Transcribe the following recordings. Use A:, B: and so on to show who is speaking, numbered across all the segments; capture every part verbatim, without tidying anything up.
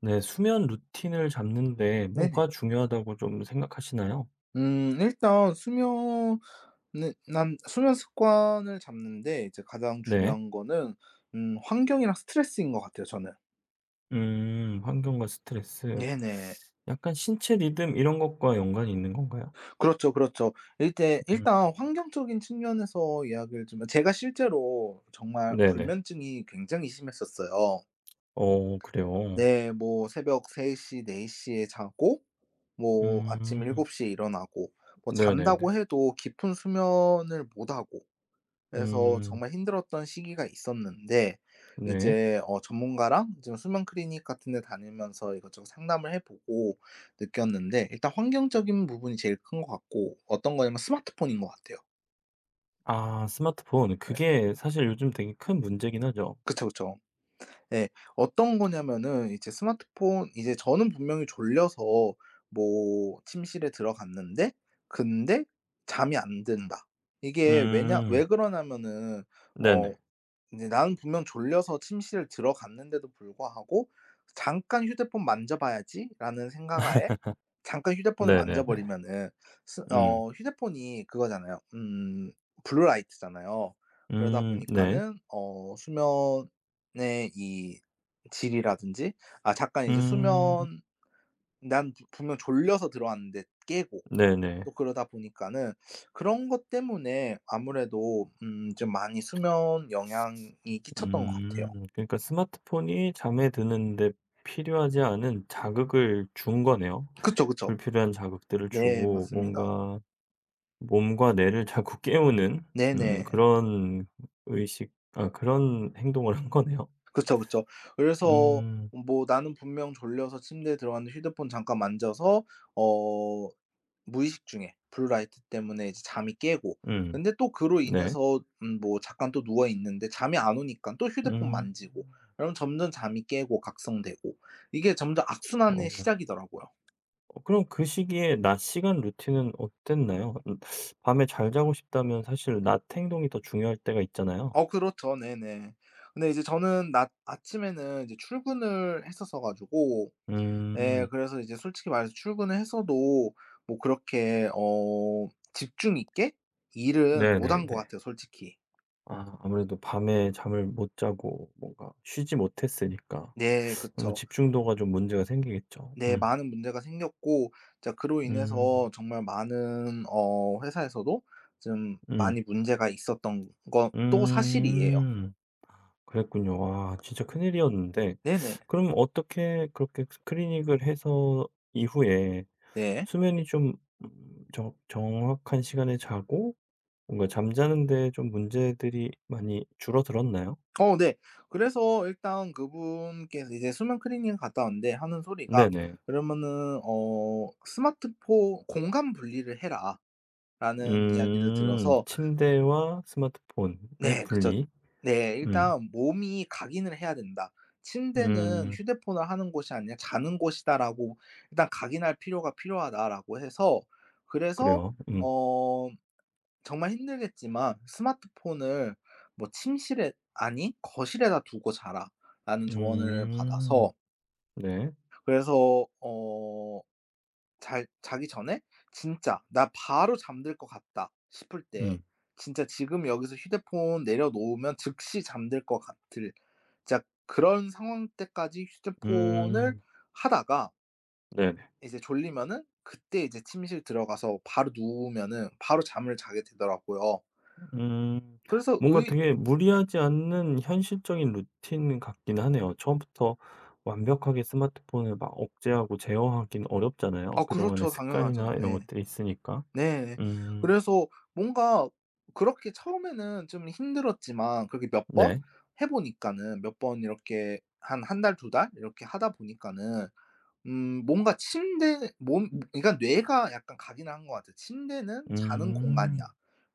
A: 네. 수면 루틴을 잡는데
B: 네네.
A: 뭐가 중요하다고 좀 생각하시나요?
B: 음 일단 수면은 난 수면 습관을 잡는데 이제 가장
A: 네.
B: 중요한 거는 음 환경이랑 스트레스인 것 같아요 저는.
A: 음. 환경과 스트레스.
B: 네네.
A: 약간 신체 리듬 이런 것과 연관이 있는 건가요?
B: 그렇죠, 그렇죠. 일단
A: 음.
B: 일단 환경적인 측면에서 이야기를 좀 제가 실제로 정말
A: 네네.
B: 불면증이 굉장히 심했었어요.
A: 어 그래요?
B: 네, 뭐 새벽 세 시 네 시에 자고 뭐 아침
A: 음.
B: 일곱 시에 일어나고 뭐 잔다고
A: 네네네.
B: 해도 깊은 수면을 못 하고, 그래서
A: 음.
B: 정말 힘들었던 시기가 있었는데
A: 네.
B: 이제 어 전문가랑 지금 수면 클리닉 같은 데 다니면서 이것저것 상담을 해 보고 느꼈는데, 일단 환경적인 부분이 제일 큰 것 같고, 어떤 거냐면 스마트폰인 것 같아요.
A: 아 스마트폰.
B: 네.
A: 그게 사실 요즘 되게 큰 문제긴 하죠.
B: 그쵸, 그쵸. 예. 어떤 거냐면은 이제 스마트폰, 이제 저는 분명히 졸려서 뭐 침실에 들어갔는데, 근데 잠이 안 든다. 이게 왜냐
A: 음.
B: 왜 그러냐면은 어
A: 네네.
B: 이제 나는 분명 졸려서 침실에 들어갔는데도 불구하고 '잠깐 휴대폰 만져봐야지.'라는 생각하에 잠깐 휴대폰을
A: 네네네.
B: 만져버리면은 스
A: 음.
B: 어 휴대폰이 그거잖아요. 음 블루라이트잖아요. 그러다
A: 음. 네.
B: 보니까는 어 수면 의 이 질이라든지 아 잠깐 이제
A: 음.
B: 수면 난 분명 졸려서 들어왔는데 깨고,
A: 네네.
B: 또 그러다 보니까는 그런 것 때문에 아무래도 음 좀 많이 수면 영향이 끼쳤던 것 같아요.
A: 음. 그러니까 스마트폰이 잠에 드는데 필요하지 않은 자극을 준 거네요.
B: 그쵸, 그쵸.
A: 불필요한 자극들을
B: 네,
A: 주고
B: 맞습니다.
A: 뭔가 몸과 뇌를 자꾸 깨우는 음
B: 네네.
A: 그런 의식 아 그런 행동을 한 거네요.
B: 그쵸, 그쵸. 그래서
A: 음.
B: 뭐 나는 분명 졸려서 침대에 들어갔는데 휴대폰 잠깐 만져서 어 무의식 중에 블루라이트 때문에 이제 잠이 깨고,
A: 음.
B: 근데 또 그로
A: 네.
B: 인해서 음 뭐 잠깐 또 누워 있는데 잠이 안 오니깐 또 휴대폰
A: 음.
B: 만지고, 그럼 점점 잠이 깨고 각성되고, 이게 점점 악순환의
A: 어.
B: 시작이더라고요.
A: 어 그럼 그 시기에 낮 시간 루틴은 어땠나요? 음 밤에 잘 자고 싶다면 사실 낮 행동이 더 중요할 때가 있잖아요.
B: 어 그렇죠. 네네. 근데 이제 저는 낮 아침에는 이제 출근을 했었어 가지고, 예
A: 음.
B: 그래서 이제 솔직히 말해서 출근을 했어도 뭐 그렇게 어 집중 있게 일은 못 한 것
A: 네네네.
B: 같아요 솔직히.
A: 아 아무래도 밤에 잠을 못 자고 뭔가 쉬지 못했으니까
B: 네
A: 너무
B: 그쵸.
A: 집중도가 좀 문제가 생기겠죠.
B: 네.
A: 음.
B: 많은 문제가 생겼고, 자 그로 인해서
A: 음.
B: 정말 많은 어 회사에서도 좀
A: 음.
B: 많이 문제가 있었던 것도 사실이에요.
A: 음. 그랬군요. 와 진짜 큰일이었는데
B: 네네.
A: 그럼 어떻게 그렇게 스크리닝을 해서 이후에
B: 네.
A: 수면이 좀 음 정 정확한 시간에 자고 뭔가 잠자는 데 좀 문제들이 많이 줄어들었나요?
B: 어 네. 그래서 일단 그분께서 이제 수면 클리닝을 갔다 왔는데 하는 소리가,
A: 네네.
B: 그러면은 어 "스마트폰 공간 분리를 해라."라는 이야기를
A: 음.
B: 들어서.
A: 침대와 스마트폰의
B: 네. 그쵸.
A: 분리.
B: 네.
A: 음.
B: 일단 몸이 각인을 해야 된다. '침대는
A: 음.
B: 휴대폰을 하는 곳이 아니라 자는 곳이다.'라고 일단 각인할 필요가 필요하다라고 해서, 그래서
A: 그래요. 음.
B: 어 정말 힘들겠지만 스마트폰을 뭐 "침실에 아니 거실에다 두고 자라."라는 조언을
A: 음.
B: 받아서,
A: 네.
B: 그래서 어 잘 자기 전에 진짜 '나 바로 잠들 것 같다.' 싶을 때,
A: 음.
B: 진짜 지금 여기서 휴대폰 내려놓으면 즉시 잠들 것 같을, 진짜 그런 상황 때까지 휴대폰을
A: 음.
B: 하다가
A: 네네.
B: 이제 졸리면은 그때 이제 침실 들어가서 바로 누우면은 바로 잠을 자게 되더라고요.
A: 음.
B: 그래서
A: 뭔가
B: 의
A: 되게 무리하지 않는 현실적인 루틴 같긴 하네요. 처음부터 완벽하게 스마트폰을 막 억제하고 제어하긴 어렵잖아요.
B: 아
A: 그동안의
B: 그렇죠. 당연하죠.
A: 습관이나 이런
B: 네.
A: 것들이 있으니까.
B: 네.
A: 음.
B: 그래서 뭔가 그렇게 처음에는 좀 힘들었지만 그렇게 몇 번
A: 네.
B: 해 보니까는 몇 번 이렇게 한 한 달 두 달 이렇게 하다 보니까는 음 뭔가 침대 몸 그러니까 뇌가 약간 각인한 것 같아요. '침대는 자는
A: 음.
B: 공간이야.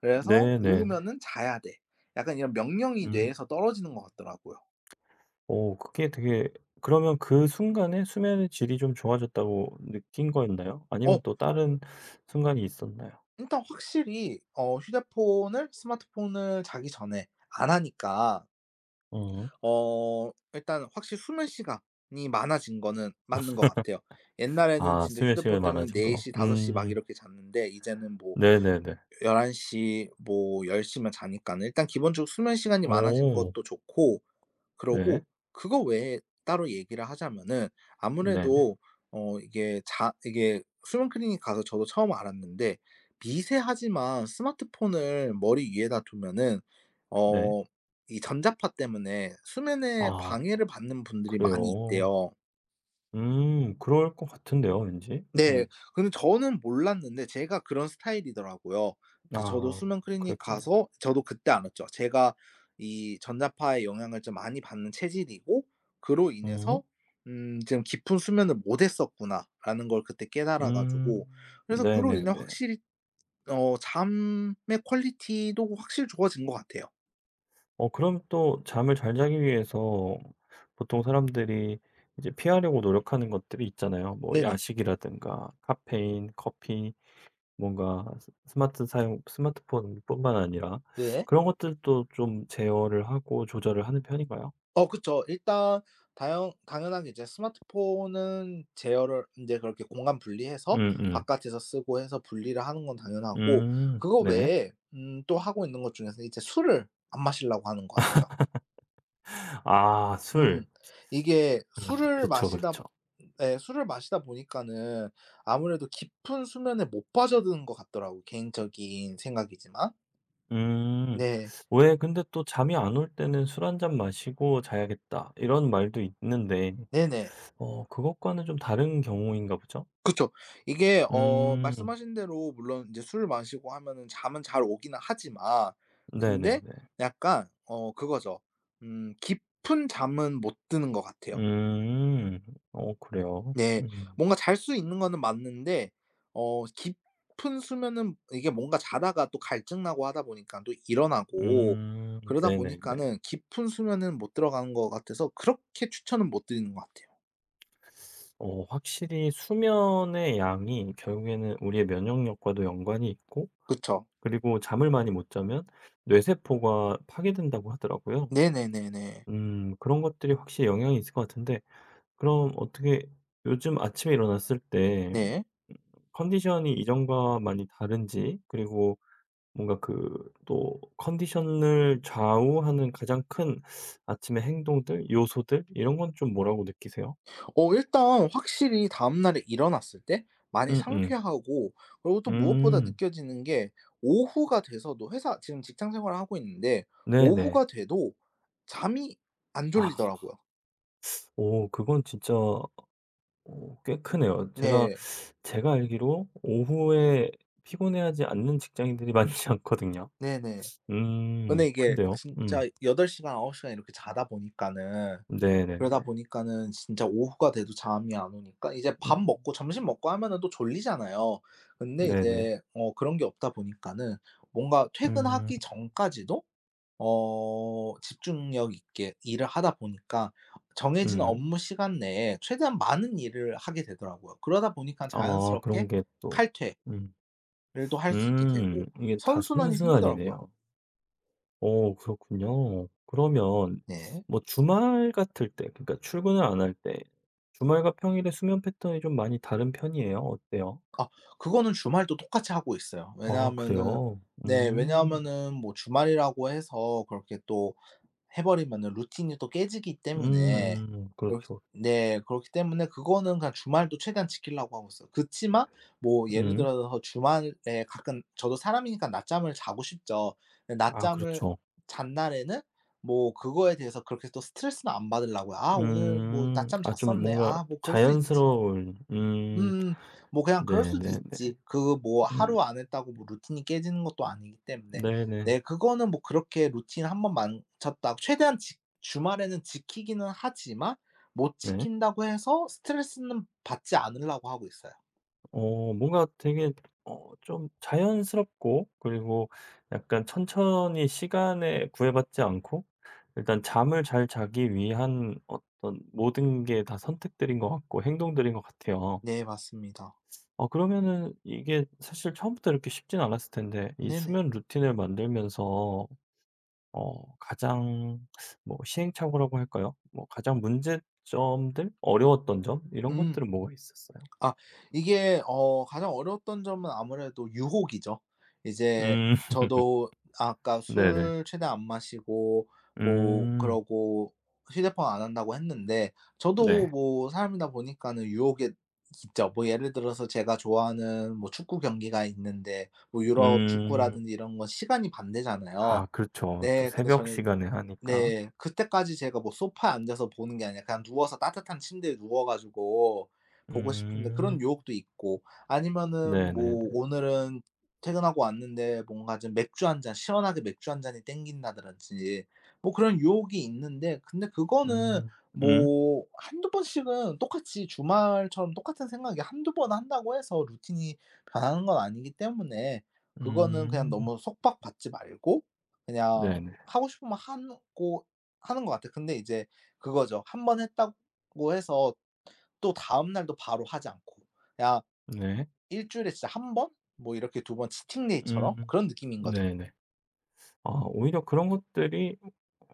B: 그래서
A: 네네네.
B: 누우면은 자야 돼.' 약간 이런 명령이
A: 음.
B: 뇌에서 떨어지는 것 같더라고요.
A: 오 그게 되게 그러면 그 순간에 수면의 질이 좀 좋아졌다고 느낀 거였나요? 아니면
B: 어
A: 또 다른 순간이 있었나요?
B: 일단 확실히 어 휴대폰을 스마트폰을 자기 전에 안 하니까
A: 어.
B: 어 일단 확실히 수면 시간이 많아진 거는 맞는 것 같아요. 옛날에는
A: 아
B: 진짜
A: 수면 시간이
B: 휴대폰 때문에
A: 많아진
B: 네
A: 거.
B: 시, 다섯 시 막
A: 음.
B: 이렇게 잤는데 이제는 뭐
A: 네네네.
B: 열한 시 뭐 열 시면 자니까는 일단 기본적으로 수면 시간이 많아진
A: 오오...
B: 것도 좋고, 그러고
A: 네.
B: 그거 외에 따로 얘기를 하자면은
A: 네네.
B: 아무래도 어 이게 자 이게 수면 클리닉 가서 저도 처음 알았는데, 미세하지만 스마트폰을 머리 위에다 두면은
A: 네.
B: 어 이 전자파 때문에 수면에
A: 아
B: 방해를 받는 분들이 많이
A: 그래요.
B: 있대요.
A: 음 그럴 것 같은데요 왠지.
B: 네.
A: 음.
B: 근데 저는 몰랐는데 제가 그런 스타일이더라고요. 이제 저도
A: 아
B: 수면 클리닉
A: 그랬군요.
B: 가서 저도 그때 알았죠. 제가 이 전자파의 영향을 좀 많이 받는 체질이고, 그로
A: 음.
B: 인해서 음 좀 '깊은 수면을 못 했었구나.'라는 걸 그때 깨달아
A: 음.
B: 가지고, 그래서 그로 인해
A: 네네네.
B: 확실히 어 잠의 퀄리티도 확실히 좋아진 것 같아요.
A: 어 그럼 또 잠을 잘 자기 위해서 보통 사람들이 이제 피하려고 노력하는 것들이 있잖아요. 뭐
B: 네네.
A: 야식이라든가 카페인, 커피, 뭔가 스 스마트 사용 스마트폰뿐만 아니라
B: 네.
A: 그런 것들도 좀 제어를 하고 조절을 하는 편인가요?
B: 어 그쵸. 일단 다연 당연하게 이제 스마트폰은 제어를 인제 그렇게 공간 분리해서
A: 음음. 음
B: 바깥에서 쓰고 해서 분리를 하는 건 당연하고,
A: 음,
B: 그거
A: 네.
B: 외에 음 또 하고 있는 것 중에서 이제 술을 안 마시려고 하는 것 같아요.
A: 아
B: 음.
A: 술.
B: 이게
A: 아
B: 술을
A: 그렇죠,
B: 마시다
A: 그렇죠.
B: 예 술을 마시다 보니까는 아무래도 깊은 수면에 못 빠져드는 것 같더라고요, 개인적인 생각이지만.
A: 음.
B: 네.
A: 왜 근데 또 잠이 안 올 때는 '술 한 잔 마시고 자야겠다.' 이런 말도 있는데
B: 네네.
A: 어 그것과는 좀 다른 경우인가 보죠?
B: 그쵸. 이게 어
A: 음.
B: 말씀하신 대로 물론 인제 술 마시고 하면은 잠은 잘 오기는 하지만, 근데
A: 네네네.
B: 약간 어 그거죠. 음 깊은 잠은 못 드는 것 같아요.
A: 음. 어 그래요?
B: 네.
A: 음.
B: 뭔가 잘 수 있는 거는 맞는데 어 깊은 수면은 이게 뭔가 자다가 또 갈증 나고 하다 보니깐 또 일어나고,
A: 음.
B: 그러다
A: 네네네.
B: 보니까는 깊은 수면은 못 들어가는 것 같아서 그렇게 추천은 못 드리는 것 같아요.
A: 어 확실히 수면의 양이 결국에는 우리의 면역력과도 연관이 있고
B: 그쵸.
A: 그리고 잠을 많이 못 자면 뇌세포가 파괴된다고 하더라고요.
B: 네네네네.
A: 음 그런 것들이 확실히 영향이 있을 것 같은데 그럼 어떻게 요즘 아침에 일어났을 때
B: 네.
A: 컨디션이 이전과 많이 다른지 그리고 뭔가 그 또 컨디션을 좌우하는 가장 큰 아침의 행동들, 요소들 이런 건 좀 뭐라고 느끼세요?
B: 어 일단 확실히 다음 날에 일어났을 때 많이
A: 음음.
B: 상쾌하고, 그리고 또 무엇보다
A: 음.
B: 느껴지는 게 오후가 돼서도 회사 지금 직장 생활을 하고 있는데
A: 네네.
B: 오후가 돼도 잠이 안
A: 아.
B: 졸리더라고요.
A: 오 그건 진짜 어 꽤 크네요. 제가
B: 네.
A: 제가 알기로 오후에 피곤해하지 않는 직장인들이 많지 않거든요.
B: 네네.
A: 음.
B: 근데 이게
A: 큰데요.
B: 진짜
A: 음.
B: 여덟 시간 아홉 시간 이렇게 자다 보니까는, 그러다
A: 네네네.
B: 보니까는 진짜 오후가 돼도 잠이 안 오니까 이제
A: 음.
B: 밥 먹고 점심 먹고 하면은 또 졸리잖아요. 근데
A: 네네.
B: 이제 어 그런 게 없다 보니까는 뭔가
A: 음.
B: 퇴근하기 전까지도 어 집중력 있게 일을 하다 보니까 정해진
A: 음.
B: 업무 시간 내에 최대한 많은 일을 하게 되더라고요. 그러다 보니까
A: 아 그런
B: 자연스럽게
A: 게 또
B: 칼퇴를
A: 음.
B: 또 할 수 있게
A: 음.
B: 되고
A: 이게 다
B: 선순환이 생기더라고요.
A: 선순환이네요. 어 그렇군요. 그러면
B: 네.
A: 뭐 주말 같을 때 그러니까 출근을 안 할 때 주말과 평일에 수면 패턴이 좀 많이 다른 편이에요? 어때요?
B: 아, 그거는 주말도 똑같이 하고 있어요.
A: 아
B: 왜냐하면은,
A: 그래요?
B: 네
A: 음.
B: 왜냐하면은 뭐 주말이라고 해서 그렇게 또 해 버리면은 루틴이 또 깨지기 때문에,
A: 음음.
B: 그렇기
A: 그렇죠.
B: 네 그렇기 때문에 그거는 그냥 주말도 최대한 지키려고 하고 있어요. 그치만 뭐 예를
A: 음.
B: 들어서 주말에 가끔 저도 사람이니까 낮잠을 자고 싶죠. 근데
A: 아
B: 낮잠을
A: 그렇죠.
B: 잔 날에는 뭐 그거에 대해서 그렇게 또 스트레스는 안 받으려고요. '아 오늘 뭐
A: 음.
B: 낮잠
A: 아 좀
B: 잤었네.
A: 뭔가
B: 아 뭐 그럴 수 있지.'
A: 자연스러운 음.
B: 음. 뭐 그냥 그럴 수도
A: 네네네.
B: 있지. 그 뭐
A: 음.
B: 하루 안 했다고 뭐 루틴이 깨지는 것도 아니기 때문에.
A: 네네.
B: 네, 그거는 뭐 그렇게 루틴 한 번 망쳤다 최대한 지 주말에는 지키기는 하지만 못
A: 네.
B: 지킨다고 해서 스트레스는 받지 않으려고 하고 있어요.
A: 어 뭔가 되게 어 좀 자연스럽고 그리고 약간 천천히 시간에 구애받지 않고 일단 잠을 잘 자기 위한 어떤 모든 게 다 선택들인 것 같고 행동들인 것 같아요.
B: 네 맞습니다.
A: 어 그러면은 이게 사실 처음부터 이렇게 쉽진 않았을 텐데 이
B: 네네.
A: 수면 루틴을 만들면서 어 가장 뭐 시행착오라고 할까요? 뭐 가장 문제점들, 어려웠던 점 이런
B: 음.
A: 것들은 뭐가 있었어요?
B: 아, 이게 어 가장 어려웠던 점은 아무래도 유혹이죠. 이제
A: 음.
B: 저도 아까
A: 네네.
B: 술 최대한 안 마시고 뭐
A: 음.
B: 그러고 휴대폰 안 한다고 했는데, 저도
A: 네.
B: 뭐 사람이다 보니까는 유혹이 있죠. 뭐 예를 들어서 제가 좋아하는 뭐 축구 경기가 있는데 뭐 유럽
A: 음.
B: 축구라든지 이런 건 시간이 반대잖아요.
A: 아 그렇죠. 또
B: 네 근데
A: 새벽
B: 저는
A: 시간에 하니까.
B: 네. 그때까지 제가 뭐 소파에 앉아서 보는 게 아니라 그냥 누워서 따뜻한 침대에 누워 가지고 보고 싶은데 그런
A: 음.
B: 유혹도 있고, 아니면은
A: 네네네.
B: 뭐 오늘은 퇴근하고 왔는데 뭔가 좀 맥주 한 잔 시원하게 맥주 한 잔이 땡긴다든지 뭐 그런 유혹이 있는데, 근데 그거는
A: 음. 음.
B: 뭐 한두 번씩은 똑같이 주말처럼 똑같은 생각이 한두 번 한다고 해서 루틴이 변하는 건 아니기 때문에 그거는 그냥
A: 음.
B: 너무 속박받지 말고 그냥
A: 네네.
B: 하고 싶으면 하고 하는 것 같아. 근데 이제 그거죠. 한 번 했다고 해서 또 다음 날도 바로 하지 않고 그냥
A: 네.
B: 일 주일에 진짜 한 번 뭐 이렇게 두 번 치팅 데이처럼
A: 음.
B: 그런 느낌인 거죠.
A: 네네. 아 오히려 그런 것들이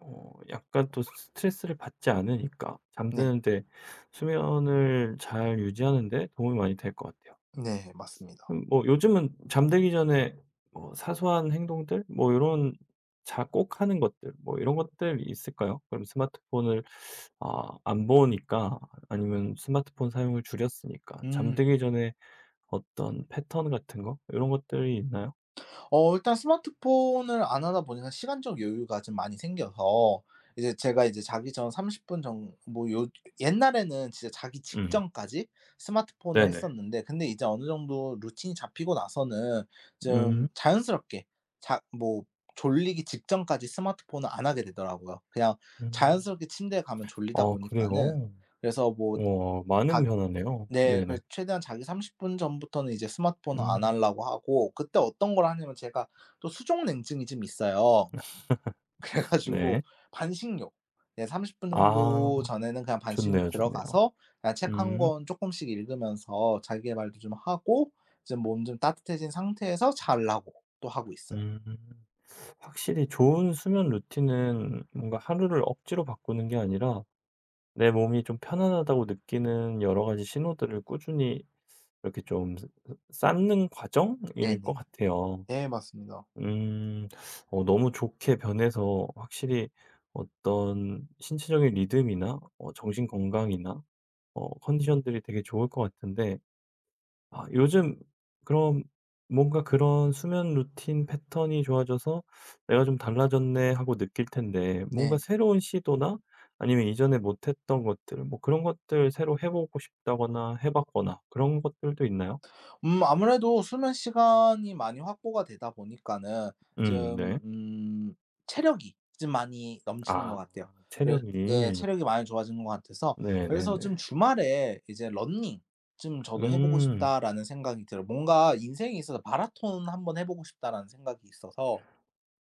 A: 어 약간 또 스트레스를 받지 않으니까
B: 네.
A: 잠드는데 수면을 잘 유지하는 데 도움이 많이 될 것 같아요.
B: 네 맞습니다.
A: 음 뭐 요즘은 잠들기 전에 뭐 사소한 행동들 뭐 이런 자 꼭 하는 것들 뭐 이런 것들 있을까요? 그럼 스마트폰을 아 안 보니까 아니면 스마트폰 사용을 줄였으니까
B: 음.
A: 잠들기 전에 어떤 패턴 같은 거 이런 것들이 있나요?
B: 어 일단 스마트폰을 안 하다 보니까 시간적 여유가 좀 많이 생겨서 이제 제가 이제 자기 전 삼십 분 정 뭐 요 옛날에는 진짜 자기
A: 음.
B: 직전까지 스마트폰을
A: 네네.
B: 했었는데, 근데 이제 어느 정도 루틴이 잡히고 나서는 좀
A: 음.
B: 자연스럽게 자 뭐 졸리기 직전까지 스마트폰을 안 하게 되더라고요. 그냥
A: 음.
B: 자연스럽게 침대에 가면 졸리다
A: 아
B: 보니까는.
A: 그래요?
B: 그래서 뭐
A: 우와 많은
B: 자
A: 변화네요.
B: 네.
A: 네네.
B: 그래서 최대한 자기 삼십 분 전부터는 이제 스마트폰을 안
A: 음.
B: 하려고 하고 그때 어떤 걸 하냐면, 제가 또 수족 냉증이 좀 있어요. 그래 가지고
A: 네.
B: 반식욕 네, 삼십 분
A: 아
B: 정도 전에는 그냥 반식욕
A: 좋네요, 좋네요.
B: 들어가서 그냥 책 한
A: 음.
B: 권 쪼끔씩 읽으면서 자기계발도 좀 하고, 이제 몸 좀 따뜻해진 상태에서 자려고 또 하고 있어요.
A: 음. 확실히 좋은 수면 루틴은 뭔가 하루를 억지로 바꾸는 게 아니라 내 몸이 좀 편안하다고 느끼는 여러 가지 신호들을 꾸준히 이렇게 좀 쌓- 쌓는 과정일 것
B: 네네.
A: 같아요.
B: 네 맞습니다.
A: 음, 어, 너무 좋게 변해서 확실히 어떤 신체적인 리듬이나 어, 정신 건강이나 어, 컨디션들이 되게 좋을 것 같은데 아 요즘 그럼 뭔가 그런 수면 루틴 패턴이 좋아져서 '내가 좀 달라졌네.' 하고 느낄 텐데 뭔가
B: 네.
A: 새로운 시도나 아니면 이전에 못 했던 것들 뭐 그런 것들 새로 해 보고 싶다거나 해 봤거나 그런 것들도 있나요?
B: 음 아무래도 수면 시간이 많이 확보가 되다 보니까는 좀
A: 음 네.
B: 음 체력이 좀 많이 넘치는 것
A: 아
B: 같아요. 그래 네
A: 체력이.
B: 체력이 많이 좋아지는 것 같아서, 그래서
A: 네네네.
B: 좀 주말에 이제 '러닝 좀 저도 해 보고
A: 음.
B: 싶다.'라는 생각이 들어요. 뭔가 인생에 있어서 '마라톤 한번 해 보고 싶다.'라는 생각이 있어서.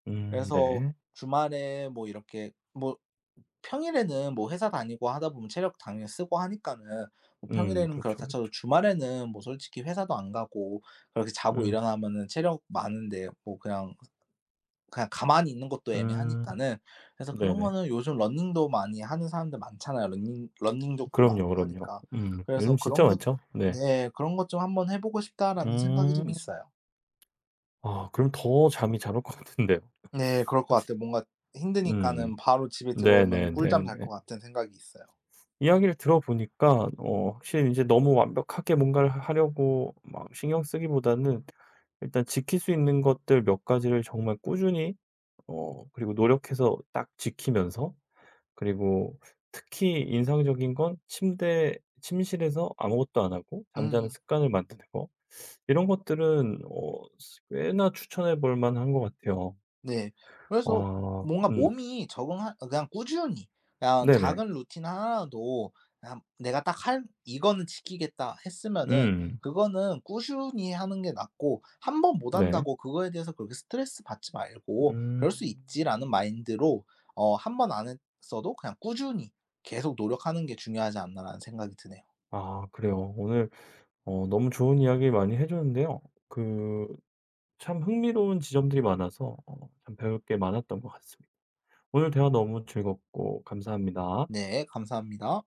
A: 음
B: 그래서
A: 네.
B: 주말에 뭐 이렇게 뭐 평일에는 뭐 회사 다니고 하다 보면 체력 당연히 쓰고 하니까는, 뭐
A: 음
B: 평일에는
A: 그렇죠,
B: 그렇다 쳐도
A: 그렇죠.
B: 주말에는 뭐 솔직히 회사도 안 가고 그렇게 자고
A: 음.
B: 일어나면은 체력 많은데 뭐 그냥 그냥 가만히 있는 것도
A: 음.
B: 애매하니까는, 그래서 그런
A: 네네.
B: 거는 요즘 러닝도 많이 하는 사람들 많잖아요. 러닝 러닝족도
A: 그럼요,
B: 많고
A: 그럼요.
B: 하니까.
A: 음.
B: 그래서
A: 요즘 진짜
B: 그런 것
A: 많죠. 네.
B: 네 그런 것 좀 '한번 해 보고 싶다.'라는 생각이
A: 음.
B: 좀 있어요.
A: 아 그럼 더 잠이 잘 올 것 같은데요.
B: 네. 그럴 것 같아요. 뭔가 힘드니까는
A: 음.
B: 바로 집에 들어오면은 꿀잠 잘
A: 네네네네.
B: 것 같은 생각이 있어요.
A: 이야기를 들어보니까 어 확실히 이제 너무 완벽하게 뭔가를 하 하려고 막 신경 쓰기보다는 일단 지킬 수 있는 것들 몇 가지를 정말 꾸준히 어 그리고 노력해서 딱 지키면서 그리고 특히 인상적인 건 침대 침실에서 아무것도 안 하고 잠자는
B: 음.
A: 습관을 만드는 거 이런 것들은 어 꽤나 추천해 볼 만한 것 같아요.
B: 네. 그래서
A: 아
B: 뭔가
A: 음.
B: 몸이 적응하 그냥 꾸준히 그냥
A: 네네.
B: 작은 루틴 하나라도 그냥 '내가 딱 할 이거는 지키겠다.' 했으면은
A: 음.
B: 그거는 꾸준히 하는 게 낫고, 한 번 못
A: 네.
B: 한다고 그거에 대해서 그렇게 스트레스 받지 말고
A: 음.
B: '그럴 수 있지.'라는 마인드로 어 한 번 안 했어도 그냥 꾸준히 계속 노력하는 게 중요하지 않나라는 생각이 드네요.
A: 아 그래요. 오늘 어 너무 좋은 이야기 많이 해 줬는데요. 그 참 흥미로운 지점들이 많아서 어 참 배울 게 많았던 것 같습니다. 오늘 대화 너무 즐겁고 감사합니다.
B: 네. 감사합니다.